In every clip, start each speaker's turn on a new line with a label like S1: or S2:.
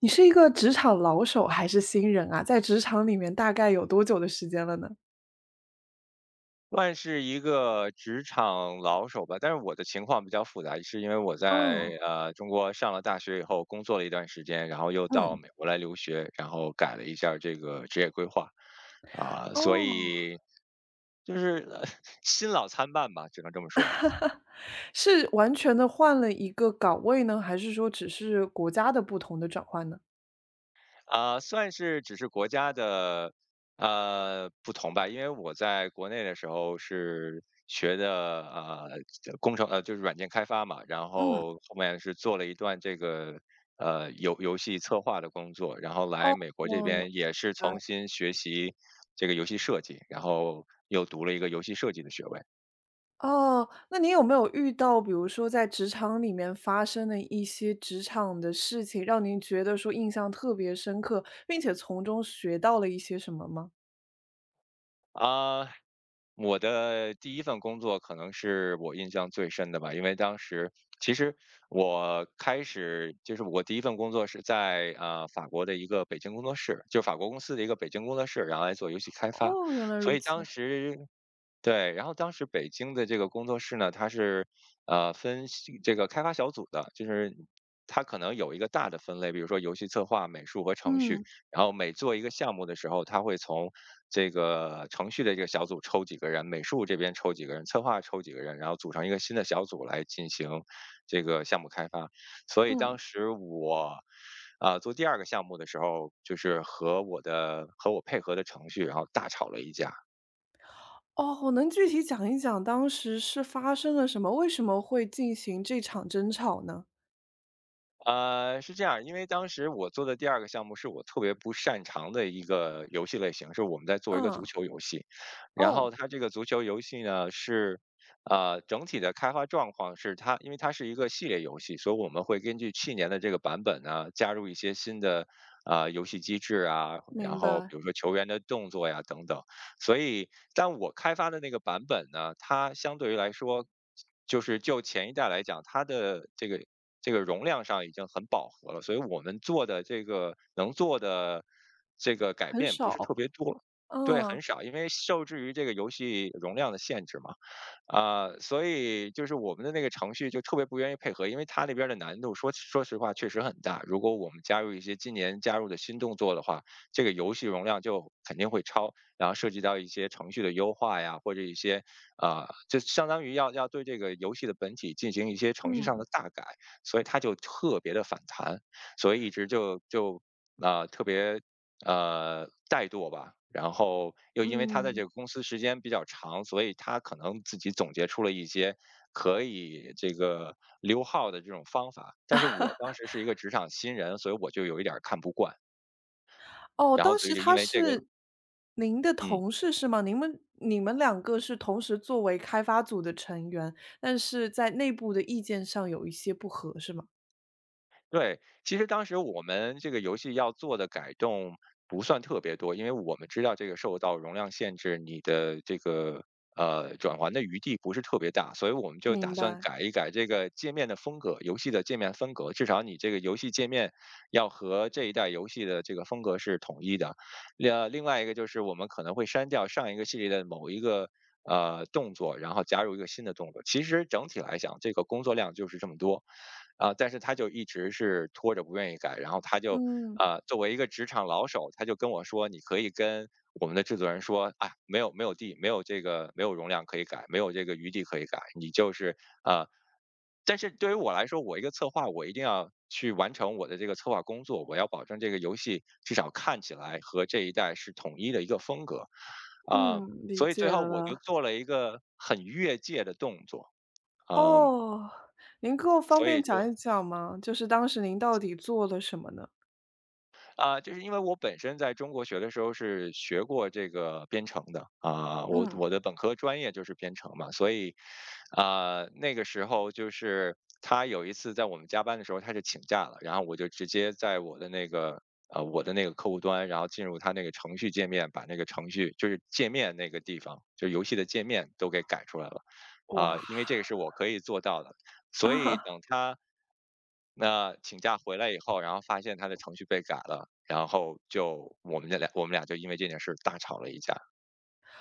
S1: 你是一个职场老手还是新人啊？在职场里面大概有多久的时间了呢？
S2: 算是一个职场老手吧，但是我的情况比较复杂，是因为我在
S1: 哦。
S2: 中国上了大学以后，工作了一段时间，然后又到
S1: 嗯。
S2: 美国来留学，然后改了一下儿这个职业规划，所
S1: 哦。
S2: 以就是、呃 新老参半吧，只能这么说。
S1: 是完全的换了一个岗位呢，还是说只是国家的不同的转换呢？
S2: 算是只是国家的不同吧，因为我在国内的时候是学的这工程就是软件开发嘛，然
S1: 嗯。
S2: 后后面是做了一段这个游戏策划的工作，然后来美国这
S1: 哦，明白。
S2: 边也是重新学习这个游戏设计，然后又读了一个游戏设计的学位。
S1: 哦，那你有没有遇到，比如说在职场里面发生的一些职场的事情，让您觉得说印象特别深刻，并且从中学到了一些什么吗？
S2: 啊、我的第一份工作可能是我印象最深的吧，因为当时其实我开始就是我第一份工作是在法国的一个北京工作室，就法国公司的一个北京工作室，然后来做游戏开发，
S1: 哦，原来
S2: 所
S1: 如
S2: 以当
S1: 此。
S2: 时对，然后当时北京的这个工作室呢，它是，分析这个开发小组的，就是它可能有一个大的分类，比如说游戏策划、美术和程序。
S1: 嗯。
S2: 然后每做一个项目的时候，它会从这个程序的这个小组抽几个人，美术这边抽几个人，策划抽几个人，然后组成一个新的小组来进行这个项目开发。所以当
S1: 嗯。
S2: 时我，做第二个项目的时候，就是和我配合的程序，然后大吵了一架。
S1: 哦，能具体讲一讲当时是发生了什么？为什么会进行这场争吵呢？
S2: 呃，是这样，因为当时我做的第二个项目是我特别不擅长的一个游戏类型，是我们在做一个
S1: 嗯。
S2: 足球游戏。然后
S1: 哦，
S2: 它这个足球游戏呢，是，整体的开发状况是因为它是一个系列游戏，所以我们会根据去年的这个版本呢，加入一些新的游戏机制啊，然
S1: 明
S2: 后
S1: 白。
S2: 比如说球员的动作呀等等。所以但我开发的那个版本呢，它相对于来说就前一代来讲，它的这个这个容量上已经很饱和了，所以我们做的能做的这个改
S1: 很
S2: 变不是特
S1: 少。
S2: 别多。对，很
S1: 嗯。
S2: 少，因为受制于这个游戏容量的限制嘛，所以就是我们的那个程序就特别不愿意配合，因为它那边的难度说实话确实很大。如果我们加入一些今年加入的新动作的话，这个游戏容量就肯定会超，然后涉及到一些程序的优化呀，或者一些就相当于要对这个游戏的本体进行一些程序上的
S1: 嗯。
S2: 大改。所以他就特别的反弹，所以一直就就，啊，呃特别，怠惰吧。然后又因为他在这
S1: 嗯。
S2: 个公司时间比较长，所以他可能自己总结出了一些可以这个溜号的这种方法。但是我当时是一个职场新人，所以我就有一点儿看不惯，
S1: 哦，
S2: 然后
S1: 当
S2: 所以
S1: 时
S2: 就因
S1: 他
S2: 为这个
S1: 是您的
S2: 嗯。
S1: 同事是吗？你们两个是同时作为开发组的成员，但是在内部的意见上有一些不合，是吗？
S2: 对，其实当时我们这个游戏要做的改动不算特别多，因为我们知道这个受到容量限制，你的这个转环的余地不是特别大，所以我们就打
S1: 明
S2: 算
S1: 白。
S2: 改一改这个界面的风格，游戏的界面风格，至少你这个游戏界面要和这一代游戏的这个风格是统一的。另外一个就是我们可能会删掉上一个系列的某一个动作，然后加入一个新的动作。其实整体来讲，这个工作量就是这么多。啊，但是他就一直是拖着不愿意改，然后他就，
S1: 嗯。
S2: 作为一个职场老手，他就跟我说：“你可以跟我们的制作人说，啊，没有容量可以改，没有这个余地可以改，你就是呃。”但是对于我来说，我一个策划，我一定要去完成我的这个策划工作，我要保证这个游戏至少看起来和这一代是统一的一个风格，啊，
S1: 嗯，理
S2: 所以
S1: 解
S2: 最后我就
S1: 了。
S2: 做了一个很越界的动作，嗯，
S1: 哦，您给我方
S2: 所以
S1: 便
S2: 就
S1: 讲一讲吗？就是当时您到底做了什么呢？
S2: 就是因为我本身在中国学的时候是学过这个编程的啊，我
S1: 嗯。
S2: 我的本科专业就是编程嘛，所以那个时候就是他有一次在我们加班的时候他是请假了，然后我就直接在我的那个我的那个客户端，然后进入他那个程序界面，把那个程序就是界面那个地方，就是游戏的界面都给改出来了。啊，
S1: 哇。
S2: 因为这个是我可以做到的，所以 等他那请假回来以后，然后发现他的程序被改了，然后就我们俩就因为这件事大吵了一架。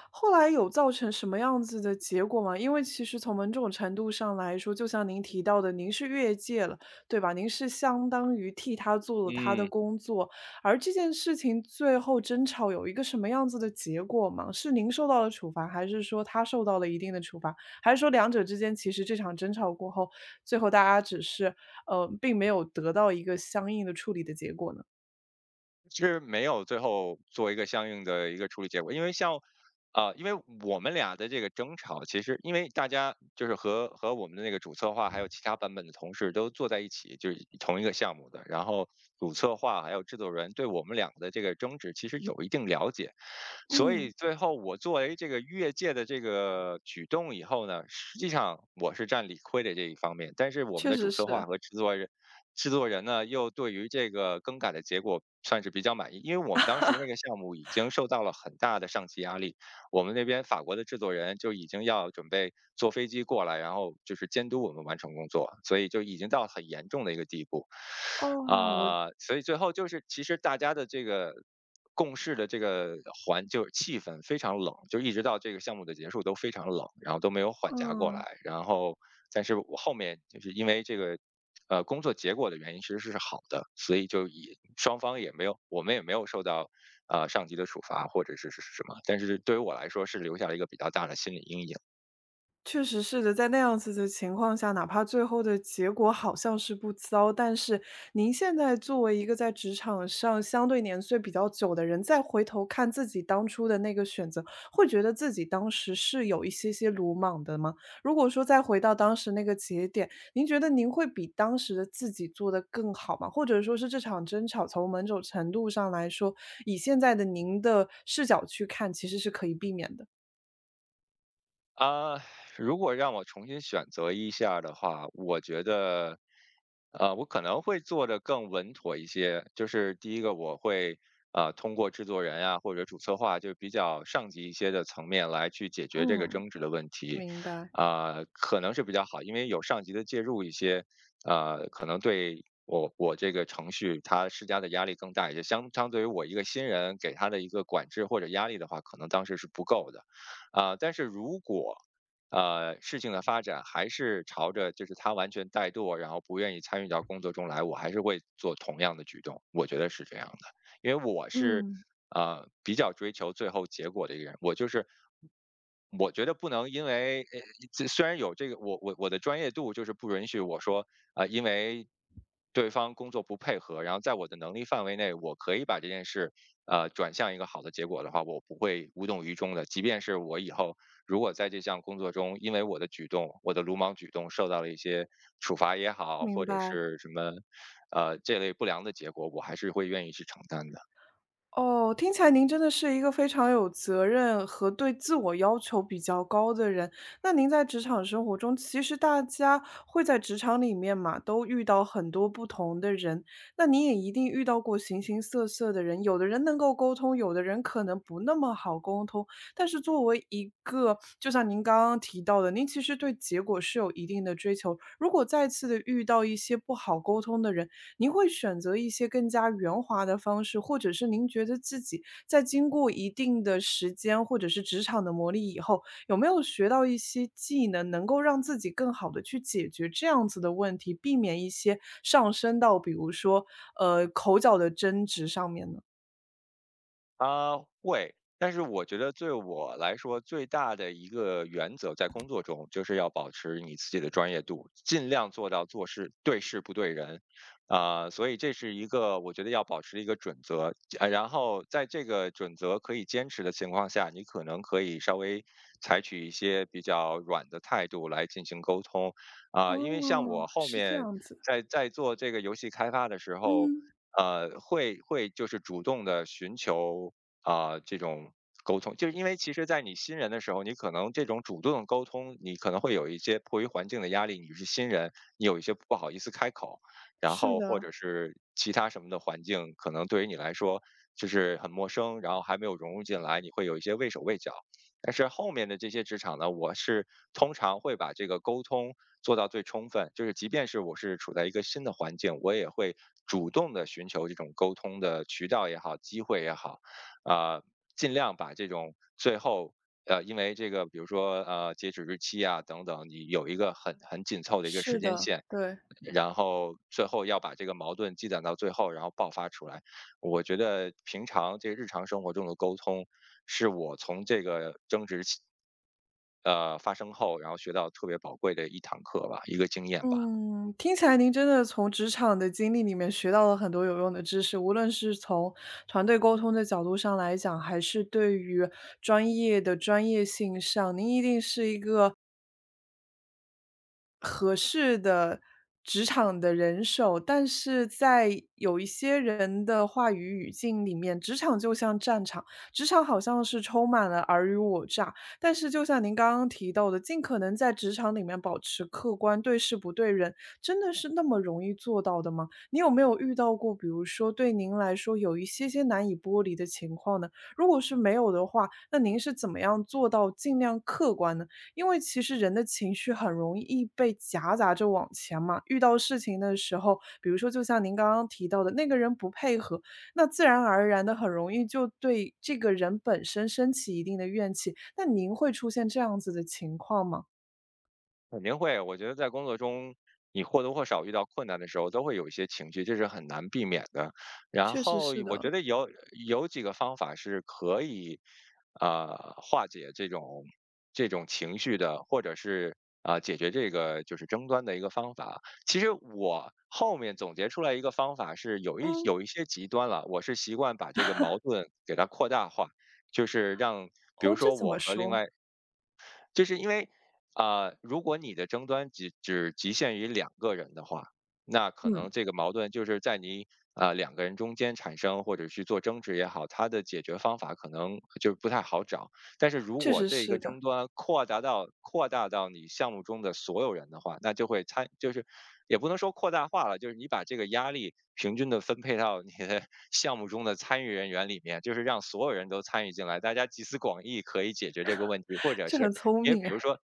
S1: 后来有造成什么样子的结果吗？因为其实从某种程度上来说，就像您提到的，您是越界了，对吧？您是相当于替他做了他的
S2: 嗯。
S1: 工作，而这件事情最后争吵有一个什么样子的结果吗？是您受到了处罚，还是说他受到了一定的处罚？还是说两者之间其实这场争吵过后，最后大家只是并没有得到一个相应的处理的结果呢？
S2: 其实没有最后做一个相应的一个处理结果，因为像，因为我们俩的这个争吵，其实因为大家就是和我们的那个主策划还有其他版本的同事都坐在一起，就是同一个项目的，然后主策划还有制作人对我们两个的这个争执其实有一定了解，所以
S1: 嗯，
S2: 最后我作为这个越界的这个举动以后呢，实际上我是占理亏的这一方面，但是我们
S1: 确
S2: 的主
S1: 实
S2: 策划
S1: 是。
S2: 和制作人呢，又对于这个更改的结果算是比较满意，因为我们当时那个项目已经受到了很大的上级压力，我们那边法国的制作人就已经要准备坐飞机过来，然后就是监督我们完成工作，所以就已经到很严重的一个地步，
S1: 哦。
S2: 所以最后就是其实大家的这个共事的这个环就是气氛非常冷，就一直到这个项目的结束都非常冷，然后都没有缓夹过
S1: 嗯。
S2: 来。然后，但是我后面就是因为这个工作结果的原因其实是好的，所以就以双方也没有，我们也没有受到上级的处罚或者是什么，但是对于我来说是留下了一个比较大的心理阴影。
S1: 确实是的，在那样子的情况下，哪怕最后的结果好像是不糟，但是您现在作为一个在职场上相对年岁比较久的人，再回头看自己当初的那个选择，会觉得自己当时是有一些些鲁莽的吗？如果说再回到当时那个节点，您觉得您会比当时的自己做得更好吗？或者说是这场争吵从某种程度上来说，以现在的您的视角去看，其实是可以避免的。
S2: 啊，如果让我重新选择一下儿的话，我觉得，我可能会做的更稳妥一些。就是第一个，我会通过制作人啊或者主策划，就比较上级一些的层面来去解决这个
S1: 嗯，
S2: 争执的问题，
S1: 明白。
S2: 可能是比较好，因为有上级的介入一些，呃，可能对。我这个程序它施加的压力更大一些，相对于我一个新人给他的一个管制或者压力的话，可能当时是不够的。呃，但是如果事情的发展还是朝着就是他完全怠惰，然后不愿意参与到工作中来，我还是会做同样的举动，我觉得是这样的，因为我是
S1: 嗯。
S2: 比较追求最后结果的一个人，我就是。我觉得不能因为，这虽然有这个，我的专业度就是不允许我说因为对方工作不配合，然后在我的能力范围内，我可以把这件事转向一个好的结果的话，我不会无动于衷的。即便是我以后如果在这项工作中，因为我的举动，我的鲁莽举动受到了一些处罚也好，或
S1: 明
S2: 者
S1: 白。
S2: 是什么这类不良的结果，我还是会愿意去承担的。
S1: 哦，听起来您真的是一个非常有责任和对自我要求比较高的人。那您在职场生活中，其实大家会在职场里面嘛，都遇到很多不同的人，那你也一定遇到过形形色色的人，有的人能够沟通，有的人可能不那么好沟通。但是作为一个，就像您刚刚提到的，您其实对结果是有一定的追求。如果再次的遇到一些不好沟通的人，您会选择一些更加圆滑的方式，或者是您觉得自己在经过一定的时间或者是职场的磨砺以后，有没有学到一些技能，能够让自己更好的去解决这样子的问题，避免一些上升到比如说，口角的争执上面呢？
S2: 啊，会，但是我觉得对我来说最大的一个原则，在工作中就是要保持你自己的专业度，尽量做到做事对事不对人，啊、所以这是一个我觉得要保持的一个准则，啊，然后在这个准则可以坚持的情况下，你可能可以稍微采取一些比较软的态度来进行沟通，啊、因为像
S1: 哦，
S2: 我后
S1: 是这
S2: 面
S1: 样子。
S2: 在做这个游戏开发的时候，
S1: 嗯，
S2: 会就是主动的寻求，啊，这种沟通。就是因为其实在你新人的时候，你可能这种主动的沟通，你可能会有一些迫于环境的压力，你是新人，你有一些不好意思开口，然
S1: 是
S2: 后或
S1: 的。
S2: 者是其他什么的环境，可能对于你来说就是很陌生，然后还没有融入进来，你会有一些畏手畏脚。但是后面的这些职场呢，我是通常会把这个沟通做到最充分，就是即便是我是处在一个新的环境，我也会主动的寻求这种沟通的渠道也好，机会也好，啊、尽量把这种最后。因为这个，比如说，截止日期啊，等等，你有一个很紧凑的一个时
S1: 是
S2: 间
S1: 的，
S2: 线，
S1: 对。
S2: 然后最后要把这个矛盾积攒到最后，然后爆发出来。我觉得平常这日常生活中的沟通，是我从这个争执起发生后，然后学到特别宝贵的一堂课吧，一个经验吧。
S1: 嗯，听起来您真的从职场的经历里面学到了很多有用的知识，无论是从团队沟通的角度上来讲，还是对于专业的专业性上，您一定是一个合适的职场的人手，但是在有一些人的话语语境里面，职场就像战场，职场好像是充满了尔虞我诈。但是就像您刚刚提到的，尽可能在职场里面保持客观，对事不对人，真的是那么容易做到的吗？你有没有遇到过，比如说对您来说有一些些难以剥离的情况呢？如果是没有的话，那您是怎么样做到尽量客观呢？因为其实人的情绪很容易被夹杂着往前嘛，遇到事情的时候，比如说就像您刚刚提到的，那个人不配合，那自然而然的很容易就对这个人本身升起一定的怨气。那您会出现这样子的情况吗？
S2: 肯定会，我觉得在工作中，你或多或少遇到困难的时候，都会有一些情绪，这是很难避免的。然
S1: 确实
S2: 后
S1: 是
S2: 我觉
S1: 的。
S2: 得有几个方法是可以，化解这种情绪的，或者是啊、解决这个就是争端的一个方法。其实我后面总结出来一个方法是
S1: 嗯。
S2: 有一些极端了，我是习惯把这个矛盾给它扩大化，就是让比如
S1: 哦，这
S2: 说
S1: 怎
S2: 我
S1: 么
S2: 和另
S1: 说？
S2: 外就是因为那如果你的争端只局限于两个人的话，那可能
S1: 嗯，
S2: 这个矛盾就是在你啊呃两个人中间产生，或者去做争执也好，它的解决方法可能就不太好找。但是如
S1: 确
S2: 果
S1: 实
S2: 这一个
S1: 是
S2: 争
S1: 的。
S2: 端扩大到你项目中的所有人的话，那就会参就是也不能说扩大化了，就是你把这个压力平均的分配到你的 项目中的参与人员里面，就是让所有人都参与进来，大家集思广益可以解决这个问题，或 者
S1: 这
S2: 是
S1: 很聪
S2: 因为
S1: 明
S2: 比如
S1: 哎。
S2: 说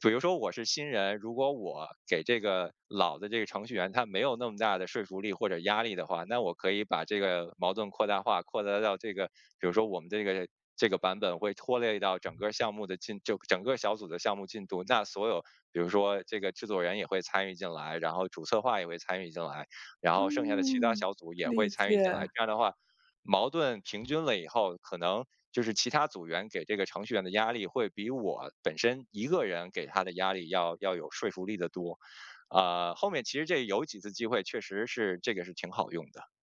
S2: 比如说我是新人，如果我给这个老的这个程序员他没有那么大的说服力或者压力的话，那我可以把这个矛盾扩大化，扩大到这个，比如说我们这个版本会拖累到整个项目的进，就整个小组的项目进度。那所有，比如说这个制作人也会参与进来，然后主策划也会参与进来，然后剩下的其他
S1: 嗯，
S2: 小组也会
S1: 理
S2: 参与进来。
S1: 解。
S2: 这样的话，矛盾平均了以后，可能就是其他组员给这个程序员的压力会比我本身一个人给他的压力要有说服力的多。呃，后面其实这有几次机会确实是这个是挺好用的。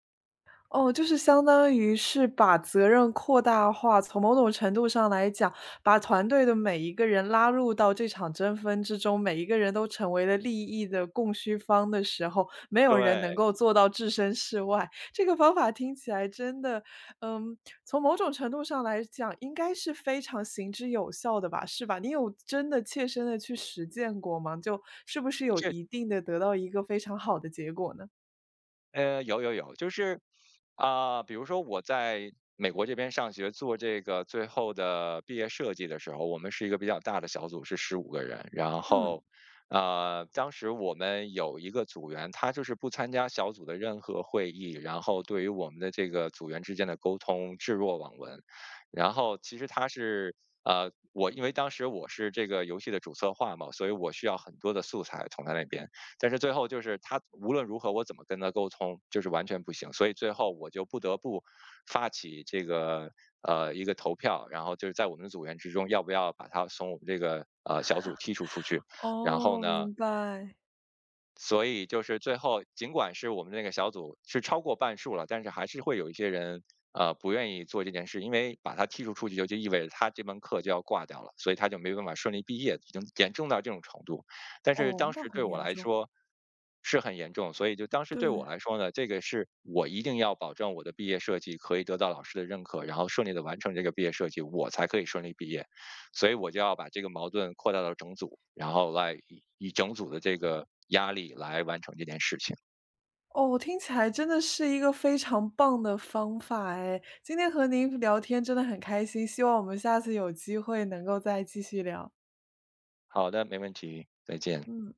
S1: 哦，就是相当于是把责任扩大化，从某种程度上来讲，把团队的每一个人拉入到这场争分之中，每一个人都成为了利益的供需方的时候，没有人能
S2: 对，
S1: 够做到置身事外。这个方法听起来真的，嗯，从某种程度上来讲，应该是非常行之有效的吧，是吧？你有真的切身的去实践过吗？就是不是有
S2: 这
S1: 一定的得到一个非常好的结果呢？
S2: 有，就是啊、比如说我在美国这边上学做这个最后的毕业设计的时候，我们是一个比较大的小组，是15个人。然
S1: 嗯。
S2: 后，呃，当时我们有一个组员，他就是不参加小组的任何会议，然后对于我们的这个组员之间的沟通置若罔闻。然后，其实他是。呃，我因为当时我是这个游戏的主策划嘛，所以我需要很多的素材从他那边。但是最后就是他无论如何我怎么跟他沟通，就是完全不行，所以最后我就不得不发起这个一个投票，然后就是在我们的组员之中要不要把他从我们这个小组剔除出去，然后
S1: 哦，
S2: 呢
S1: 明白。
S2: 所以就是最后，尽管是我们那个小组是超过半数了，但是还是会有一些人不愿意做这件事，因为把他剔除出去就意味着他这门课就要挂掉了，所以他就没办法顺利毕业，已经严重到这种程度。但是
S1: 哦，
S2: 当
S1: 那
S2: 时对
S1: 很
S2: 我
S1: 严
S2: 来
S1: 重。
S2: 说是很严重，所以就当时对我
S1: 对。
S2: 来说呢，这个是我一定要保证我的毕业设计可以得到老师的认可，然后顺利的完成这个毕业设计，我才可以顺利毕业。所以我就要把这个矛盾扩大到整组，然后来以整组的这个压力来完成这件事情。
S1: 哦，听起来真的是一个非常棒的方法哎，今天和您聊天真的很开心，希望我们下次有机会能够再继续聊。
S2: 好的，没问题，再见。
S1: 嗯。